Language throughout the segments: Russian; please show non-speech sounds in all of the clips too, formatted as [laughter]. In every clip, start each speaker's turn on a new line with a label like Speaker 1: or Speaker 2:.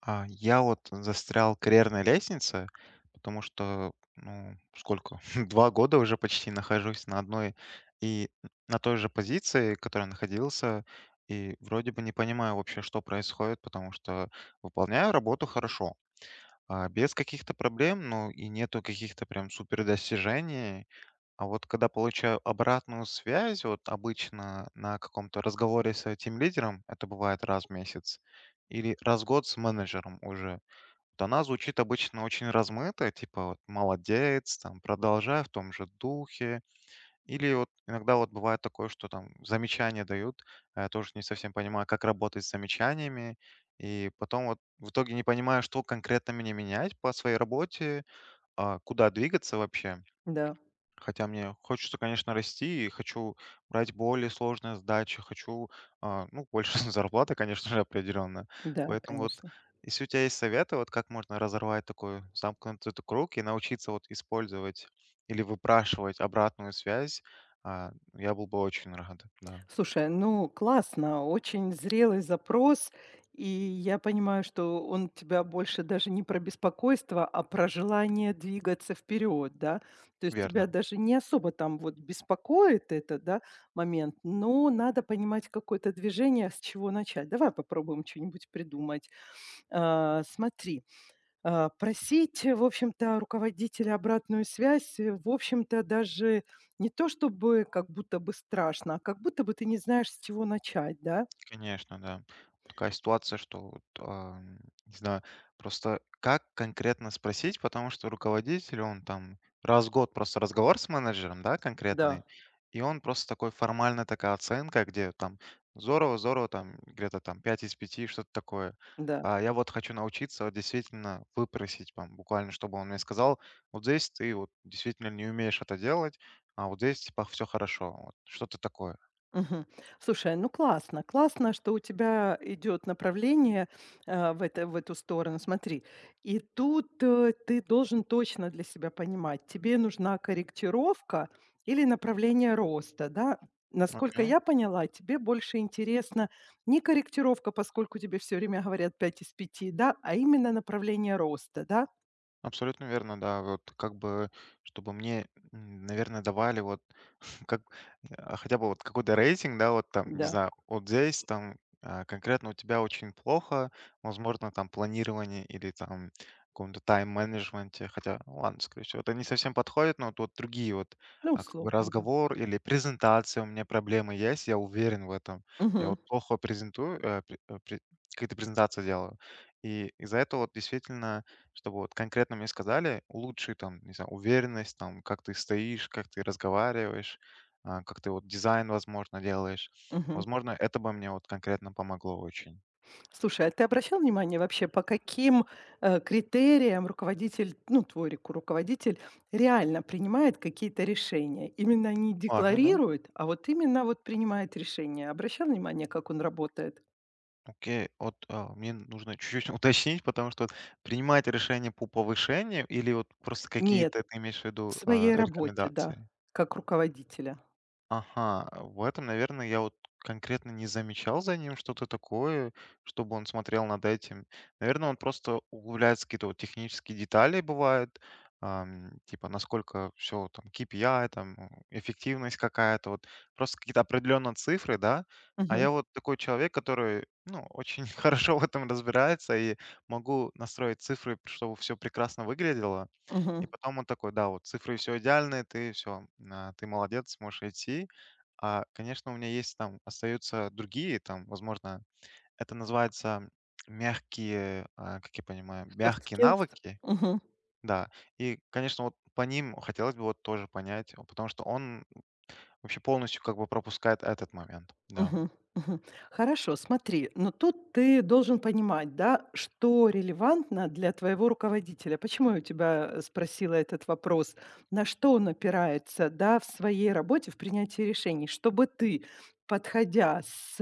Speaker 1: Я вот застрял в карьерной лестнице, потому что, ну, сколько, [laughs] 2 года уже почти нахожусь на одной и на той же позиции, которой находился, и вроде бы не понимаю вообще, что происходит, потому что выполняю работу хорошо, без каких-то проблем, ну, и нету каких-то прям супер достижений. А вот когда получаю обратную связь, вот обычно на каком-то разговоре с лидером это бывает раз в месяц или раз в год с менеджером уже, вот она звучит обычно очень размыто, типа вот «молодец», там «продолжай в том же духе». Или вот иногда вот бывает такое, что там замечания дают, а я тоже не совсем понимаю, как работать с замечаниями, и потом вот в итоге не понимаю, что конкретно мне менять по своей работе, куда двигаться вообще.
Speaker 2: Да,
Speaker 1: Хотя мне хочется, конечно, расти и хочу брать более сложные задачи, хочу, ну, больше [laughs] зарплаты, конечно же, определенно.
Speaker 2: да,
Speaker 1: Поэтому вот
Speaker 2: конечно.
Speaker 1: если у тебя есть советы, вот как можно разорвать такой замкнутый круг и научиться вот использовать или выпрашивать обратную связь, я был бы очень рад, да,
Speaker 2: Слушай, ну классно, очень зрелый запрос, и я понимаю, что он тебя больше даже не про беспокойство, а про желание двигаться вперед, да. То есть
Speaker 1: верно.
Speaker 2: тебя даже не особо там вот беспокоит это, да, момент, но надо понимать какое-то движение, с чего начать. Давай попробуем что-нибудь придумать. А, смотри, а, просить, в общем-то, руководителя обратную связь, в общем-то, даже не то чтобы как будто бы страшно, а как будто бы ты не знаешь, с чего начать, да?
Speaker 1: Конечно, да. Такая ситуация, что вот, не знаю, просто как конкретно спросить, потому что руководитель, он там раз в год просто разговор с менеджером, да, конкретный,
Speaker 2: Да,
Speaker 1: и он просто такой формально такая оценка, где там здорово, здорово, там где-то там 5 из пяти, что-то такое.
Speaker 2: да.
Speaker 1: А я вот хочу научиться вот действительно выпросить, там, буквально, чтобы он мне сказал, вот здесь ты вот действительно не умеешь это делать, а вот здесь типа все хорошо, вот что-то такое.
Speaker 2: Мгм. Слушай, ну классно, классно, что у тебя идет направление в, в эту сторону. Смотри, и тут ты должен точно для себя понимать, тебе нужна корректировка или направление роста, да?
Speaker 1: Ну,
Speaker 2: Насколько
Speaker 1: окей.
Speaker 2: я поняла, тебе больше интересна не корректировка, поскольку тебе все время говорят 5 из 5, да, а именно направление роста, да?
Speaker 1: Абсолютно верно, да. Вот как бы, чтобы мне, наверное, давали вот [laughs] как, хотя бы вот какой-то рейтинг, да, вот там, не
Speaker 2: Да.
Speaker 1: знаю, вот здесь там конкретно у тебя очень плохо, возможно, там планирование или там каком-то тайм-менеджменте, хотя, ну, ладно, скорее всего, это не совсем подходит, но вот, вот другие вот
Speaker 2: Ну,
Speaker 1: как бы
Speaker 2: условно, да.
Speaker 1: разговор или презентация у меня проблемы есть, я уверен в этом. Я
Speaker 2: Мгм.
Speaker 1: вот плохо презентую, какие-то презентации делаю. И из-за этого вот действительно, чтобы вот конкретно мне сказали, улучши там, не знаю, уверенность, там, как ты стоишь, как ты разговариваешь, как ты вот дизайн, возможно, делаешь.
Speaker 2: Мгм.
Speaker 1: Возможно, это бы мне вот конкретно помогло очень.
Speaker 2: Слушай, а ты обращал внимание вообще, по каким, критериям руководитель, ну, твой реку руководитель реально принимает какие-то решения? Именно не
Speaker 1: Ладно, да.
Speaker 2: декларирует, а вот именно вот принимает решения. Обращал внимание, как он работает?
Speaker 1: Окей, вот мне нужно чуть-чуть [laughs] уточнить, потому что вот принимать решение по повышению или вот просто
Speaker 2: Нет,
Speaker 1: какие-то ты имеешь в
Speaker 2: в
Speaker 1: виду
Speaker 2: своей работе, да,
Speaker 1: рекомендации?
Speaker 2: как руководителя.
Speaker 1: Ага, в этом, наверное, я вот конкретно не замечал за ним что-то такое, чтобы он смотрел над этим. Наверное, он просто углубляется в какие-то вот технические детали бывают, типа насколько все там KPI, там эффективность какая-то, вот просто какие-то определенные цифры, да. А
Speaker 2: Мгм,
Speaker 1: я вот такой человек, который, ну, очень [laughs] хорошо в этом разбирается и могу настроить цифры, чтобы все прекрасно выглядело. И
Speaker 2: мгм.
Speaker 1: потом он такой: "Да, вот цифры все идеальные, ты все, ты молодец, можешь идти". Конечно, у меня есть там остаются другие там, возможно, это называется мягкие, как я понимаю,
Speaker 2: Soft
Speaker 1: мягкие
Speaker 2: skills.
Speaker 1: навыки.
Speaker 2: Мгм.
Speaker 1: Да, и, конечно, вот по ним хотелось бы вот тоже понять, потому что он вообще полностью как бы пропускает этот момент. Да.
Speaker 2: Мгм, мгм. Хорошо, смотри, но тут ты должен понимать, да, что релевантно для твоего руководителя. Почему я у тебя, спросила этот вопрос? На что он опирается, да, в своей работе, в принятии решений? Чтобы ты, подходя с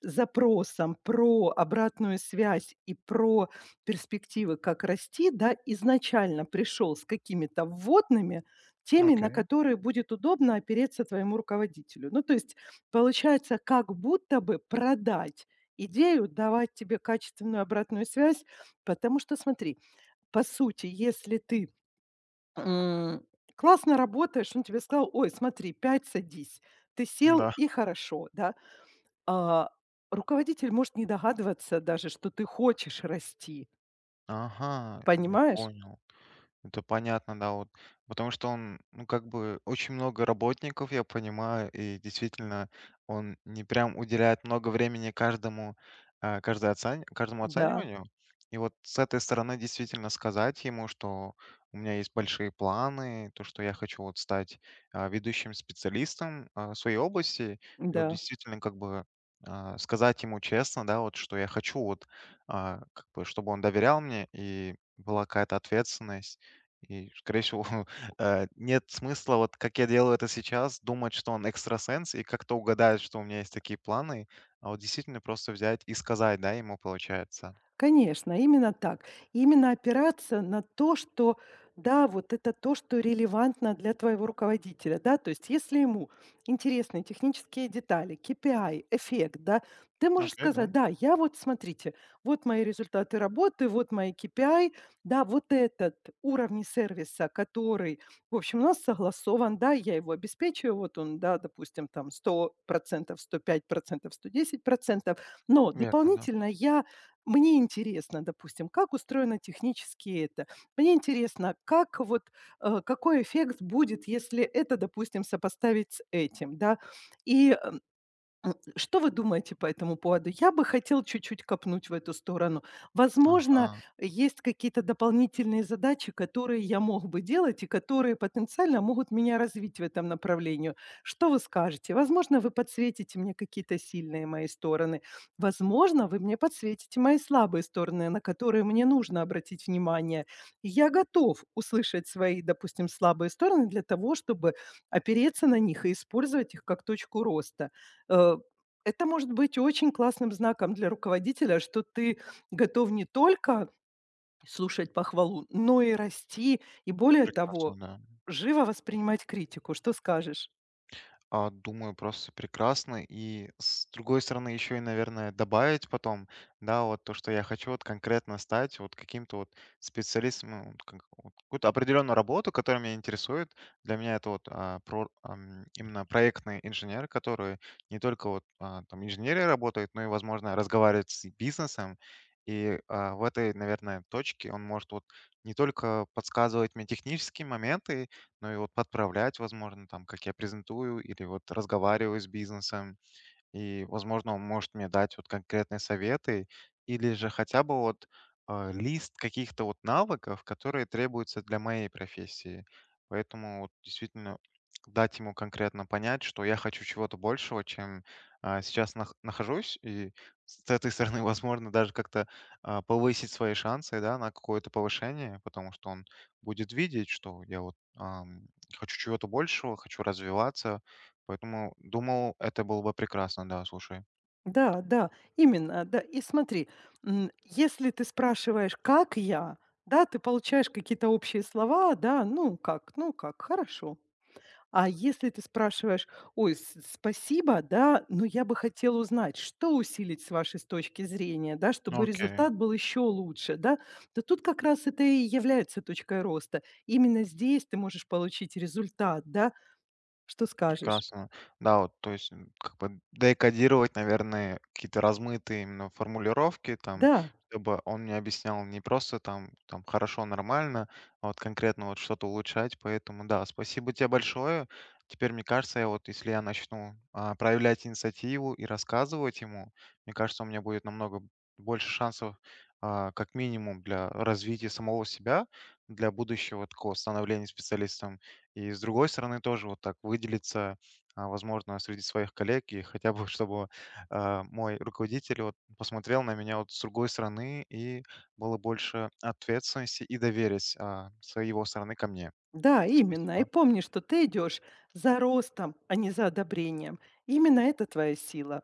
Speaker 2: запросом про обратную связь и про перспективы, как расти, да, изначально пришел с какими-то вводными, теми, на
Speaker 1: Окей.
Speaker 2: которые будет удобно опереться твоему руководителю. Ну, то есть. Получается, как будто бы продать идею, давать тебе качественную обратную связь. Потому что, смотри, по сути, если ты, м, классно работаешь, он тебе сказал: "Ой, смотри, 5 садись". Ты сел
Speaker 1: Да.
Speaker 2: и хорошо, да. А, руководитель может не догадываться даже, что ты хочешь расти.
Speaker 1: Ага, я
Speaker 2: Понимаешь?
Speaker 1: понял. Это понятно, да, вот. Потому что он, ну, как бы очень много работников, я понимаю, и действительно он не прям уделяет много времени каждому, каждому
Speaker 2: Да,
Speaker 1: оцениванию. И вот с этой стороны действительно сказать ему, что у меня есть большие планы, то, что я хочу вот стать ведущим специалистом в своей области, и вот
Speaker 2: да.
Speaker 1: действительно как бы сказать ему честно, да, вот что я хочу вот как бы, чтобы он доверял мне и была какая-то ответственность. И, скорее всего, [laughs] нет смысла, вот как я делаю это сейчас, думать, что он экстрасенс и как-то угадает, что у меня есть такие планы, а вот действительно просто взять и сказать, да, ему получается.
Speaker 2: Конечно, именно так. Именно опираться на то, что да, вот это то, что релевантно для твоего руководителя, да, то есть если ему интересны технические детали, KPI, эффект, да, ты можешь
Speaker 1: Окей, да,
Speaker 2: сказать, да, я вот, смотрите, вот мои результаты работы, вот мои KPI, да, вот этот уровень сервиса, который, в общем, у нас согласован, да, я его обеспечиваю, вот он, да, допустим, там сто процентов, процентов, 5%, 110%. Но
Speaker 1: верно, да.
Speaker 2: дополнительно я мне интересно, допустим, как устроено технически это. Мне интересно, как вот, какой эффект будет, если это, допустим, сопоставить с этим, да. И, э, что вы думаете по этому поводу? Я бы хотел чуть-чуть копнуть в эту сторону. Возможно,
Speaker 1: Ага,
Speaker 2: есть какие-то дополнительные задачи, которые я мог бы делать и которые потенциально могут меня развить в этом направлении. Что вы скажете? Возможно, вы подсветите мне какие-то сильные мои стороны. Возможно, вы мне подсветите мои слабые стороны, на которые мне нужно обратить внимание. И я готов услышать свои, допустим, слабые стороны для того, чтобы опереться на них и использовать их как точку роста. Э, это может быть очень классным знаком для руководителя, что ты готов не только слушать похвалу, но и расти, и более
Speaker 1: прекрасно,
Speaker 2: того,
Speaker 1: да.
Speaker 2: живо воспринимать критику. Что скажешь?
Speaker 1: Думаю, просто прекрасно. И с другой стороны, еще и, наверное, добавить потом, да, вот то, что я хочу вот конкретно стать вот каким-то вот специалистом, ну, вот вот какую-то определенную работу, которая меня интересует. Для меня это вот именно проектный инженер, который не только вот там инженерия работает, но и, возможно, разговаривает с бизнесом. И в этой, наверное, точке он может вот не только подсказывать мне технические моменты, ну и вот подправлять, возможно, там, как я презентую или вот разговариваю с бизнесом. И, возможно, он может мне дать вот конкретные советы или же хотя бы вот лист каких-то вот навыков, которые требуются для моей профессии. Поэтому вот действительно дать ему конкретно понять, что я хочу чего-то большего, чем сейчас нахожусь, и с этой стороны, [laughs] возможно, даже как-то повысить свои шансы, да, на какое-то повышение, потому что он будет видеть, что я вот хочу чего-то большего, хочу развиваться. Поэтому думал, это было бы прекрасно, да, слушай.
Speaker 2: Да, да, именно, да. И смотри, если ты спрашиваешь: "Как я?", да, ты получаешь какие-то общие слова, да, ну как, хорошо. А если ты спрашиваешь: "Ой, с спасибо, да, но я бы хотела узнать, что усилить с вашей с точки зрения, да, чтобы
Speaker 1: Окей.
Speaker 2: результат был еще лучше", да, то тут как раз это и является точкой роста. Именно здесь ты можешь получить результат, да. Что скажешь?
Speaker 1: Прекрасно. Да, вот, то есть, как бы декодировать, наверное, какие-то размытые именно формулировки, там,
Speaker 2: Да,
Speaker 1: чтобы он мне объяснял не просто там, там хорошо, нормально, а вот конкретно вот что-то улучшать. Поэтому да, спасибо тебе большое. Теперь, мне кажется, я вот если я начну проявлять инициативу и рассказывать ему, мне кажется, у меня будет намного больше шансов, как минимум, для развития самого себя, для будущего такого становления специалистом. И с другой стороны, тоже вот так выделиться, возможно, среди своих коллег, и хотя бы, [laughs] чтобы мой руководитель вот посмотрел на меня вот с другой стороны, и было больше ответственности и доверия с его стороны ко мне.
Speaker 2: да, именно. И
Speaker 1: Спасибо.
Speaker 2: помни, что ты идешь за ростом, а не за одобрением. Именно это твоя сила.